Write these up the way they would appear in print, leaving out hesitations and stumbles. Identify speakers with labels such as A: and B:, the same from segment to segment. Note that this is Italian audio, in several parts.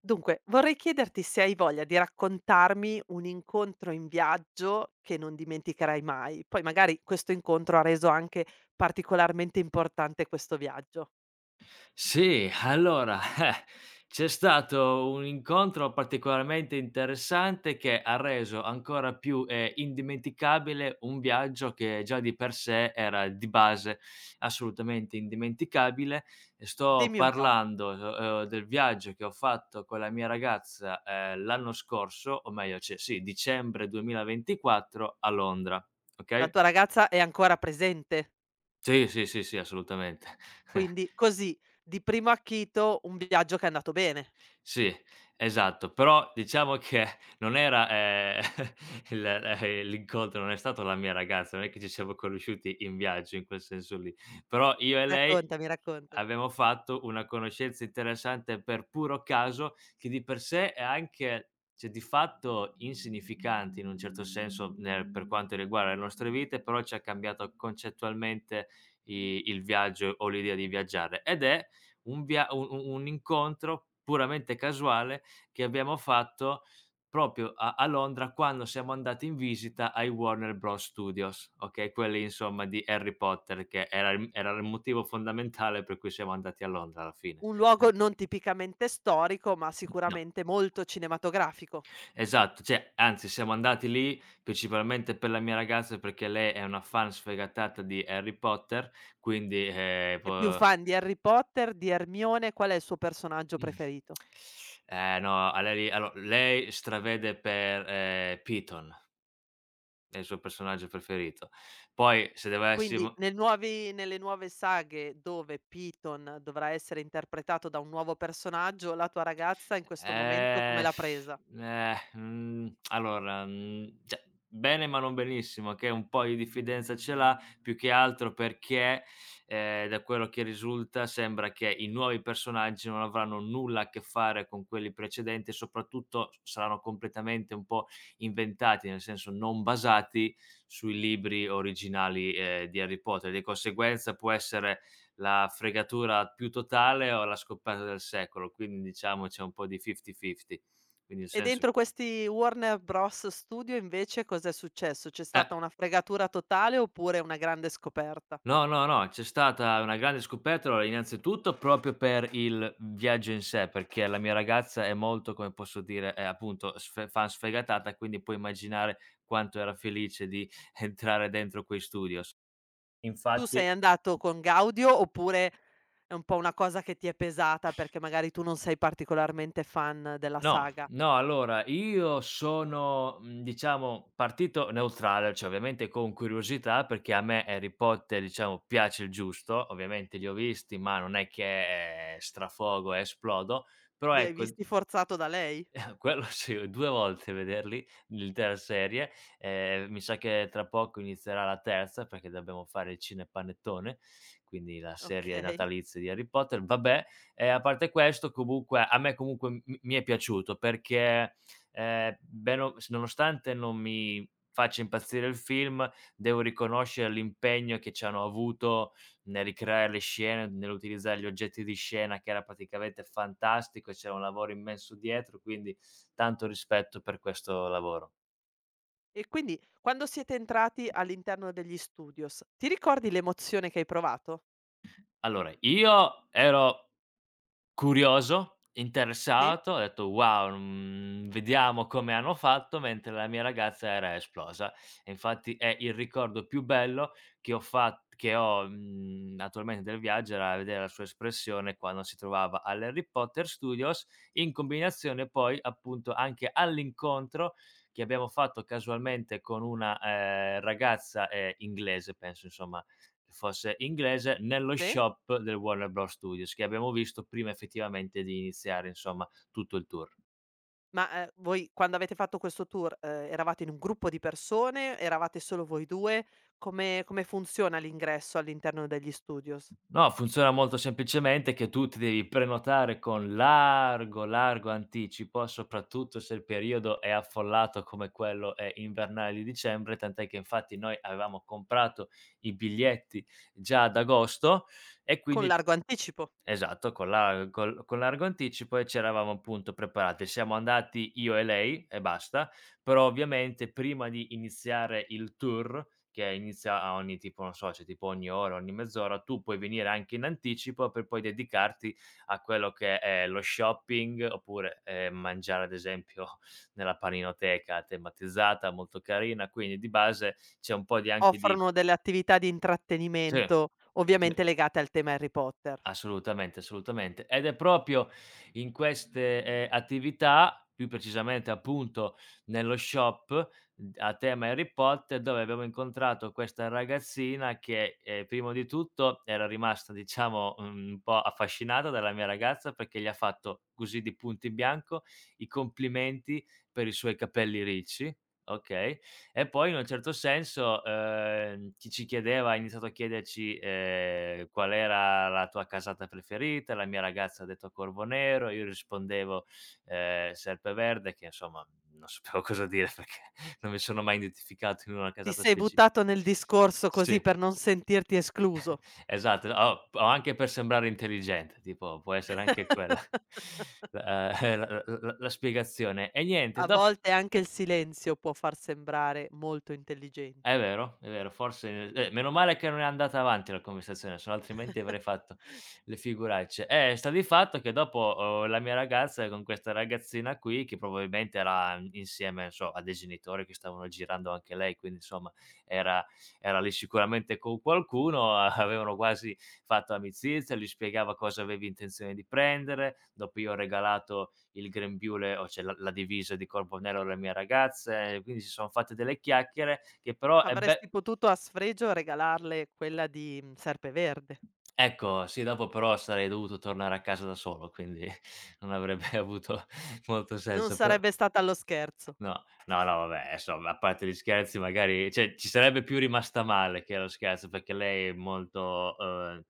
A: Dunque, vorrei chiederti se hai voglia di raccontarmi un incontro in viaggio che non dimenticherai mai. Poi magari questo incontro ha reso anche particolarmente importante questo viaggio.
B: Sì, allora, c'è stato un incontro particolarmente interessante che ha reso ancora più, indimenticabile un viaggio che già di per sé era di base assolutamente indimenticabile, e sto
A: Dimmi un po',
B: parlando, del viaggio che ho fatto con la mia ragazza, l'anno scorso, o meglio, cioè sì, dicembre 2024 a Londra,
A: la
B: okay?
A: tua ragazza è ancora presente?
B: Sì, sì, sì, sì, assolutamente.
A: Quindi così, di primo acchito, un viaggio che è andato bene.
B: Sì, esatto, però diciamo che non era, il l'incontro non è stato la mia ragazza, non è che ci siamo conosciuti in viaggio in quel senso lì, però io e lei
A: Raccontami, raccontami.
B: abbiamo fatto una conoscenza interessante per puro caso, che di per sé è anche cioè di fatto insignificante in un certo senso nel per quanto riguarda le nostre vite, però ci ha cambiato concettualmente i il viaggio o l'idea di viaggiare ed è un via u u un incontro puramente casuale che abbiamo fatto proprio a Londra quando siamo andati in visita ai Warner Bros Studios, okay, quelli insomma di Harry Potter che era il motivo fondamentale per cui siamo andati a Londra alla fine.
A: Un
B: Eh,
A: luogo non tipicamente storico, ma
B: no.
A: sicuramente molto cinematografico.
B: Esatto, cioè anzi siamo andati lì principalmente per la mia ragazza perché lei è una fan sfegatata di Harry Potter, quindi,
A: È più
B: po
A: fan di Harry Potter, di Hermione, qual è il suo personaggio
B: Mh.
A: preferito?
B: Eh no, a lei lì allo lei stravede per, Piton, è il suo personaggio preferito. Poi se
A: Quindi
B: dovessimo.
A: nel nuovi nelle nuove saghe dove Piton dovrà essere interpretato da un nuovo personaggio, la tua ragazza in questo momento come
B: Ehm,
A: l'ha presa?
B: mhmm, allora, mhmm, cioè bene ma non benissimo, che un po' di diffidenza ce l'ha, più che altro perché, da quello che risulta sembra che i nuovi personaggi non avranno nulla a che fare con quelli precedenti e soprattutto s saranno completamente un po' inventati, nel senso non basati sui libri originali, di Harry Potter. Di conseguenza può essere la fregatura più totale o la scoperta del secolo, quindi diciamo c'è un po' di fifty-fifty. Quindi nel
A: E
B: senso
A: dentro questi Warner Bros. Studio invece cos'è successo? C'è
B: eh,
A: stata una fregatura totale oppure una grande scoperta?
B: no, no, no, c'è stata una grande scoperta, allora innanzitutto proprio per il viaggio in sé, perché la mia ragazza è molto, come posso dire, è appunto sfe fan sfegatata, quindi puoi immaginare quanto era felice di entrare dentro quei studios.
A: Tu sei
B: Infatti.
A: andato con gaudio oppure è un po' una cosa che ti è pesata perché magari tu non sei particolarmente fan della
B: No,
A: saga?
B: no, allora io sono, diciamo partito neutrale, cioè ovviamente con curiosità perché a me Harry Potter, diciamo, piace il giusto, ovviamente li ho visti, ma non è che strafogo e esplodo, però
A: Li hai
B: ecco.
A: visti forzato da lei?
B: Quello sì, 2 volte vederli, l'intera serie, mi sa che tra poco inizierà la terza, perché dobbiamo fare il cinepanettone, quindi la serie
A: Okay.
B: natalizia di Harry Potter. Vabbè, a parte questo comunque a me comunque m mi è piaciuto perché, bene o s nonostante non mi faccia impazzire il film, devo riconoscere l'impegno che ci hanno avuto nel ricreare le scene, nell'utilizzare gli oggetti di scena che era praticamente fantastico e c'era un lavoro immenso dietro, quindi tanto rispetto per questo lavoro.
A: E quindi quando siete entrati all'interno degli studios, ti ricordi l'emozione che hai provato?
B: Allora, io ero curioso,
A: Sì,
B: interessato, ho detto: "Wow, vediamo come hanno fatto", mentre la mia ragazza era esplosa. E infatti è il ricordo più bello che ho, attualmente del viaggio era vedere la sua espressione quando si trovava all'Harry Potter Studios, in combinazione poi, appunto, anche all'incontro che abbiamo fatto casualmente con una, ragazza, inglese, penso insomma fosse inglese, nello
A: sì.
B: shop del Warner Bros. Studios, che abbiamo visto prima effettivamente di iniziare, insomma, tutto il tour.
A: Ma, voi quando avete fatto questo tour, eravate in un gruppo di persone? Eravate solo voi 2? Come come funziona l'ingresso all'interno degli studios?
B: No, funziona molto semplicemente che tu ti devi prenotare con largo, largo anticipo, soprattutto se il periodo è affollato come quello invernale di dicembre, tant'è che infatti noi avevamo comprato i biglietti già ad agosto e
A: Con
B: quindi.
A: largo anticipo.
B: Esatto, con la col con largo anticipo e c'eravamo appunto preparati. Siamo andati io e lei e basta, però ovviamente prima di iniziare il tour, che inizia a ogni tipo non so, c'è tipo ogni ora, ogni mezz'ora, tu puoi venire anche in anticipo per poi dedicarti a quello che è lo shopping, oppure, mangiare ad esempio nella paninoteca tematizzata, molto carina, quindi di base c'è un po' di anche di.
A: Offrono delle attività di
B: Sì,
A: intrattenimento,
B: sì.
A: ovviamente legate al tema Harry Potter.
B: Assolutamente, assolutamente. Ed è proprio in queste, attività, più precisamente appunto nello shop d a tema Harry Potter, dove abbiamo incontrato questa ragazzina che, primo di tutto era rimasta diciamo, un po' affascinata dalla mia ragazza perché gli ha fatto così di punto in bianco i complimenti per i suoi capelli ricci, okay? E poi in un certo senso, chi ci chiedeva ha iniziato a chiederci, qual era la tua casata preferita, la mia ragazza ha detto Corvo Nero, io rispondevo, Serpeverde che insomma non sapevo cosa dire perché non mi sono mai identificato in una
A: Ti
B: casata
A: sei
B: speci.
A: buttato nel discorso così
B: Sì,
A: per non sentirti escluso.
B: esatto, o anche per sembrare intelligente, tipo può essere anche quella la spiegazione. E niente,
A: A
B: dop.
A: volte anche il silenzio può far sembrare molto intelligen
B: È vero, forse meno male che non è andata avanti la conversazione, sennò altrimenti avrei fatto le figuracce. Sta di fatto che dopo, la mia ragazza con questa ragazzina qui, che probabilmente era insieme, non so, a dei genitori che stavano girando anche lei, quindi insomma era era lì sicuramente con qualcuno, avevano quasi fatto amicizia, gli spiegava cosa avevi intenzione di prendere, dopo io ho regalato il grembiule o cioè la divisa di corpo nero alle mie ragazze, e quindi si son fatte delle chiacchiere che però e beh
A: Avresti potuto a sfregio regalarle quella di, mhmm, Serpeverde.
B: ecco, sì, dopo però sarei dovuto tornare a casa da solo, quindi non avrebbe avuto molto
A: Non
B: senso, però.
A: sarebbe stata allo scherzo.
B: No, no, no, vabbè, adesso a parte gli scherzi magari cioè ci sarebbe più rimasta male che lo scherzo, perché lei è molto,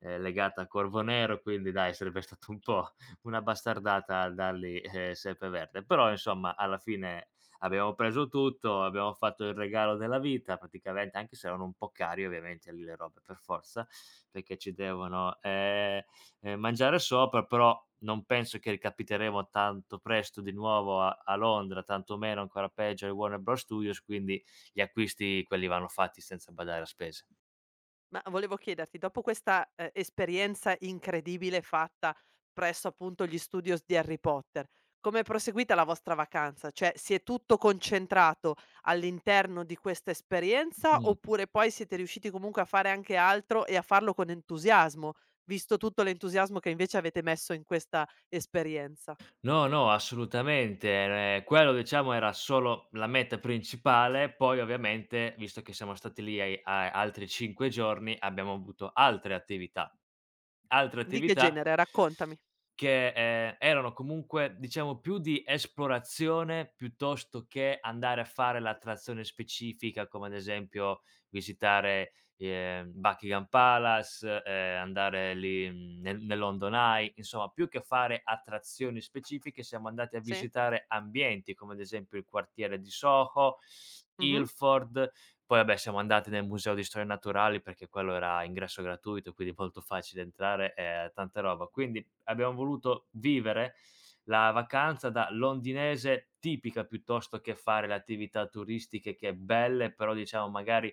B: legata a Corvo Nero, quindi dai, sarebbe stato un po' una bastardata dargli, Sempreverde. Però insomma alla fine abbiamo preso tutto, abbiamo fatto il regalo della vita praticamente, anche se erano un po' cari ovviamente lì le robe per forza, perché ci devono mangiare sopra, però non penso che ricapiteremo tanto presto di nuovo a Londra, tantomeno ancora peggio ai Warner Bros. Studios, quindi gli acquisti quelli vanno fatti senza badare a spese.
A: Ma volevo chiederti, dopo questa, esperienza incredibile fatta presso appunto gli studios di Harry Potter, com'è proseguita la vostra vacanza? Cioè, si è tutto concentrato all'interno di questa esperienza,
B: Mh.
A: oppure poi siete riusciti comunque a fare anche altro e a farlo con entusiasmo, visto tutto l'entusiasmo che invece avete messo in questa esperienza?
B: No, no, assolutamente. Quello diciamo era solo la meta principale, poi ovviamente, visto che siamo stati lì ai a altri 5 giorni, abbiamo avuto altre attività. Altre
A: Di che
B: attività
A: genere? Raccontami.
B: che, erano comunque diciamo più di esplorazione, piuttosto che andare a fare l'attrazione specifica, come ad esempio visitare Buckingham Palace, andare lì, nel London Eye, insomma più che fare attrazioni specifiche siamo andati a
A: Sì.
B: visitare ambienti, come ad esempio il quartiere di Soho,
A: Mh-mh.
B: Ilford, poi vabbè siamo andati nel museo di storia naturale perché quello era a ingresso gratuito, quindi molto facile entrare, tanta roba. Quindi abbiamo voluto vivere la vacanza da londinese tipica piuttosto che fare le attività turistiche che è belle, però diciamo magari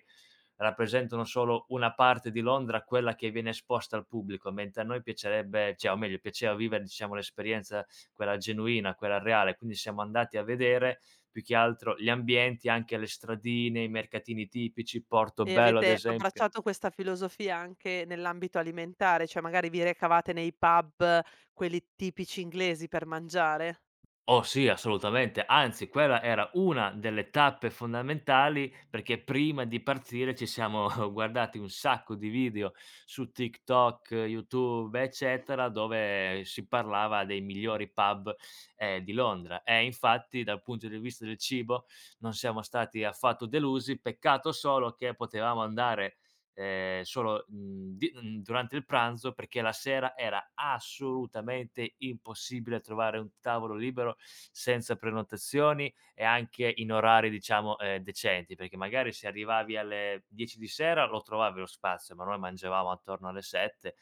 B: rappresentano solo una parte di Londra, quella che viene esposta al pubblico, mentre a noi piacerebbe cioè o meglio piaceva vivere, diciamo, l'esperienza quella genuina, quella reale, quindi siamo andati a vedere più che altro gli ambienti, anche le stradine, i mercatini tipici,
A: E
B: Portobello ad
A: avete
B: esempio.
A: abbracciato questa filosofia anche nell'ambito alimentare, cioè magari vi recavate nei pub, quelli tipici inglesi per mangiare?
B: Oh sì, assolutamente. Anzi, quella era una delle tappe fondamentali, perché prima di partire ci siamo guardati un sacco di video su TikTok, YouTube, eccetera, dove si parlava dei migliori pub, di Londra. E infatti, dal punto di vista del cibo non siamo stati affatto delusi. Peccato solo che potevamo andare solo, durante il pranzo, perché la sera era assolutamente impossibile trovare un tavolo libero senza prenotazioni e anche in orari diciamo, decenti, perché magari se arrivavi alle 10 di sera lo trovavi lo spazio, ma noi mangiavamo attorno alle 7,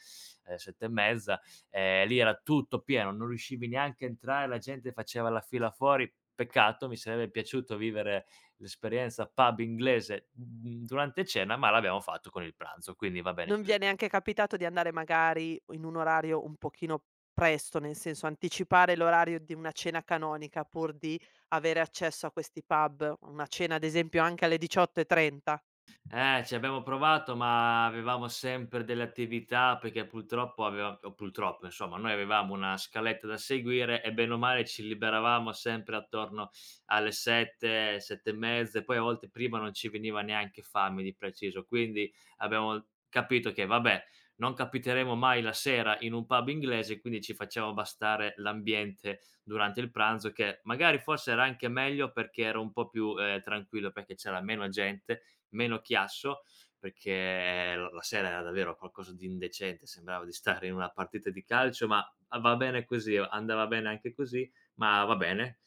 B: 7 e mezza, lì era tutto pieno, non riuscivi neanche a entrare, la gente faceva la fila fuori. Peccato, mi sarebbe piaciuto vivere l'esperienza pub inglese, durante cena, ma l'abbiamo fatto con il pranzo, quindi va bene
A: Non vi è
B: così.
A: neanche capitato di andare magari in un orario un pochino presto, nel senso anticipare l'orario di una cena canonica pur di avere accesso a questi pub, una cena ad esempio anche alle 18:30?
B: Ci abbiamo provato, ma avevamo sempre delle attività perché purtroppo aveva o purtroppo insomma, noi avevamo una scaletta da seguire e bene o male ci liberavamo sempre attorno alle 7, 7 e mezza e poi a volte prima non ci veniva neanche fame di preciso. Quindi abbiamo capito che vabbè, non capiteremo mai la sera in un pub inglese, quindi ci facciamo bastare l'ambiente durante il pranzo che magari forse era anche meglio perché era un po' più, tranquillo, perché c'era meno gente meno chiasso, perché l la sera era davvero qualcosa di indecente, sembrava di stare in una partita di calcio, ma a va bene così, andava bene anche così, ma va bene,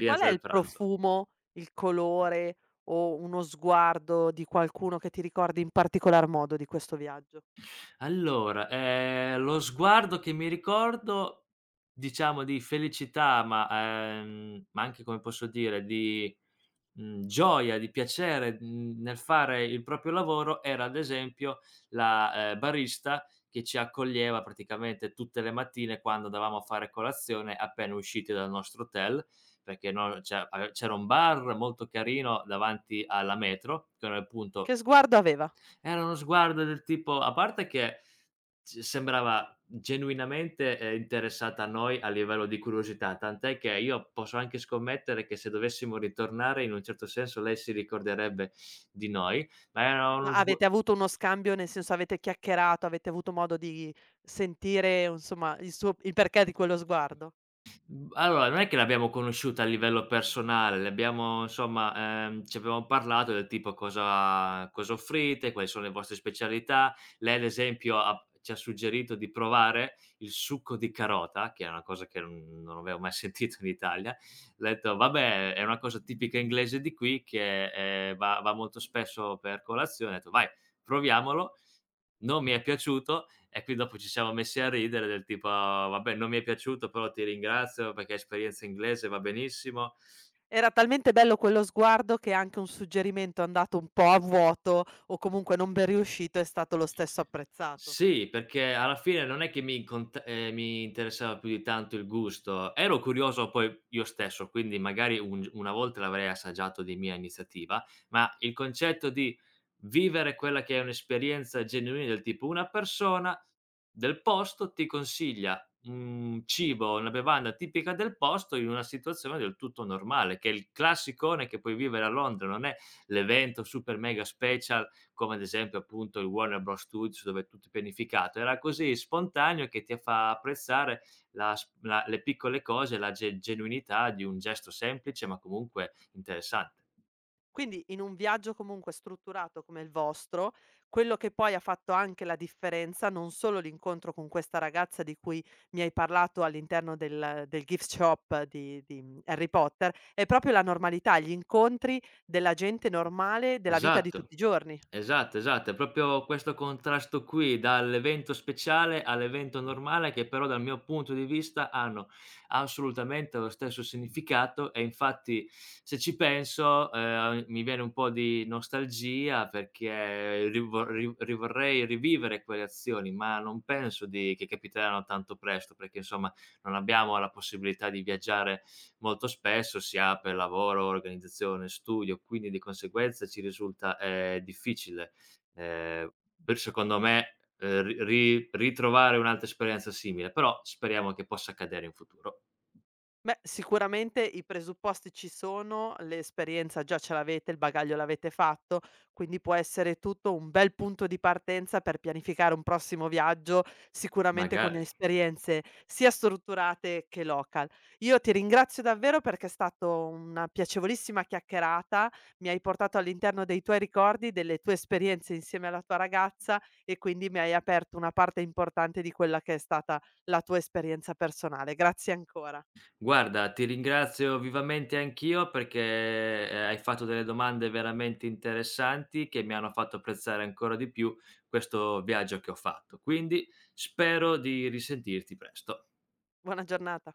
A: Qual è
B: del
A: il
B: pranzo.
A: profumo, il colore o uno sguardo di qualcuno che ti ricordi in particolar modo di questo viaggio?
B: Allora, lo sguardo che mi ricordo, diciamo di felicità, ma anche come posso dire, di gioia, di piacere, nel fare il proprio lavoro era ad esempio la, barista che ci accoglieva praticamente tutte le mattine quando andavamo a fare colazione appena usciti dal nostro hotel, perché no c'era un bar molto carino davanti alla metro, che era appunto
A: Che sguardo aveva?
B: era uno sguardo del tipo a parte che S sembrava genuinamente, interessata a noi a livello di curiosità, tant'è che io posso anche scommettere che se dovessimo ritornare in un certo senso lei si ricorderebbe di noi, ma era
A: Ma
B: uno sgu.
A: avete avuto uno scambio, nel senso avete chiacchierato, avete avuto modo di sentire, o insomma, il suo il perché di quello sguardo?
B: Mhmm, allora non è che l'abbiamo conosciuta a livello personale, le abbiamo insomma, ci abbiamo parlato del tipo: "Cosa offrite? Quali sono le vostre specialità?" Lei ad esempio ha ci ha suggerito di provare il succo di carota, che è una cosa che non avevo mai sentito in Italia. Le ho detto: "Vabbè, è una cosa tipica inglese di qui che, va molto spesso per colazione." Ho detto: "Vai, proviamolo." Non mi è piaciuto e qui dopo ci siamo messi a ridere del tipo: "Ah, "Vabbè non mi è piaciuto però ti ringrazio perché esperienza inglese va benissimo.
A: Era talmente bello quello sguardo che anche un suggerimento andato un po' a vuoto o comunque non ben riuscito è stato lo stesso apprezzato.
B: Sì, perché alla fine non è che mi interessava più di tanto il gusto. Ero curioso poi io stesso, quindi magari un g una volta l'avrei assaggiato di mia iniziativa, ma il concetto di vivere quella che è un'esperienza genuina del tipo una persona del posto ti consiglia un cibo, una bevanda tipica del posto in una situazione del tutto normale, che è il classicone che puoi vivere a Londra, non è l'evento super mega special come ad esempio appunto il Warner Bros. Studios dove è tutto pianificato, era così spontaneo che ti fa apprezzare la s la le piccole cose, la ge genuinità di un gesto semplice, ma comunque interessante.
A: Quindi in un viaggio comunque strutturato come il vostro, quello che poi ha fatto anche la differenza, non solo l'incontro con questa ragazza di cui mi hai parlato all'interno del del gift shop di, mhmm, Harry Potter, è proprio la normalità, gli incontri della gente normale, della vita di
B: Esatto.
A: tutti i giorni.
B: Esatto, esatto, è proprio questo contrasto qui, dall'evento speciale all'evento normale, che però dal mio punto di vista hanno assolutamente lo stesso significato e infatti se ci penso, mi viene un po' di nostalgia perché rivorrei rivivere quelle azioni, ma non penso di che capiteranno tanto presto, perché insomma non abbiamo la possibilità di viaggiare molto spesso si ha per lavoro, organizzazione, studio, quindi di conseguenza ci risulta, difficile. Ehm, per secondo me, ri ri ritrovare un'altra esperienza simile, però speriamo che possa accadere in futuro,
A: Beh, sicuramente i presupposti ci sono, l'esperienza già ce l'avete, il bagaglio l'avete fatto, quindi può essere tutto un bel punto di partenza per pianificare un prossimo viaggio, sicuramente con
B: magari.
A: esperienze sia strutturate che local. Io ti ringrazio davvero perché è stata una piacevolissima chiacchierata, mi hai portato all'interno dei tuoi ricordi, delle tue esperienze insieme alla tua ragazza e quindi mi hai aperto una parte importante di quella che è stata la tua esperienza personale. Grazie ancora.
B: Guarda, ti ringrazio vivamente anch'io perché, hai fatto delle domande veramente interessanti che mi hanno fatto apprezzare ancora di più questo viaggio che ho fatto. Quindi spero di risentirti presto.
A: Buona giornata.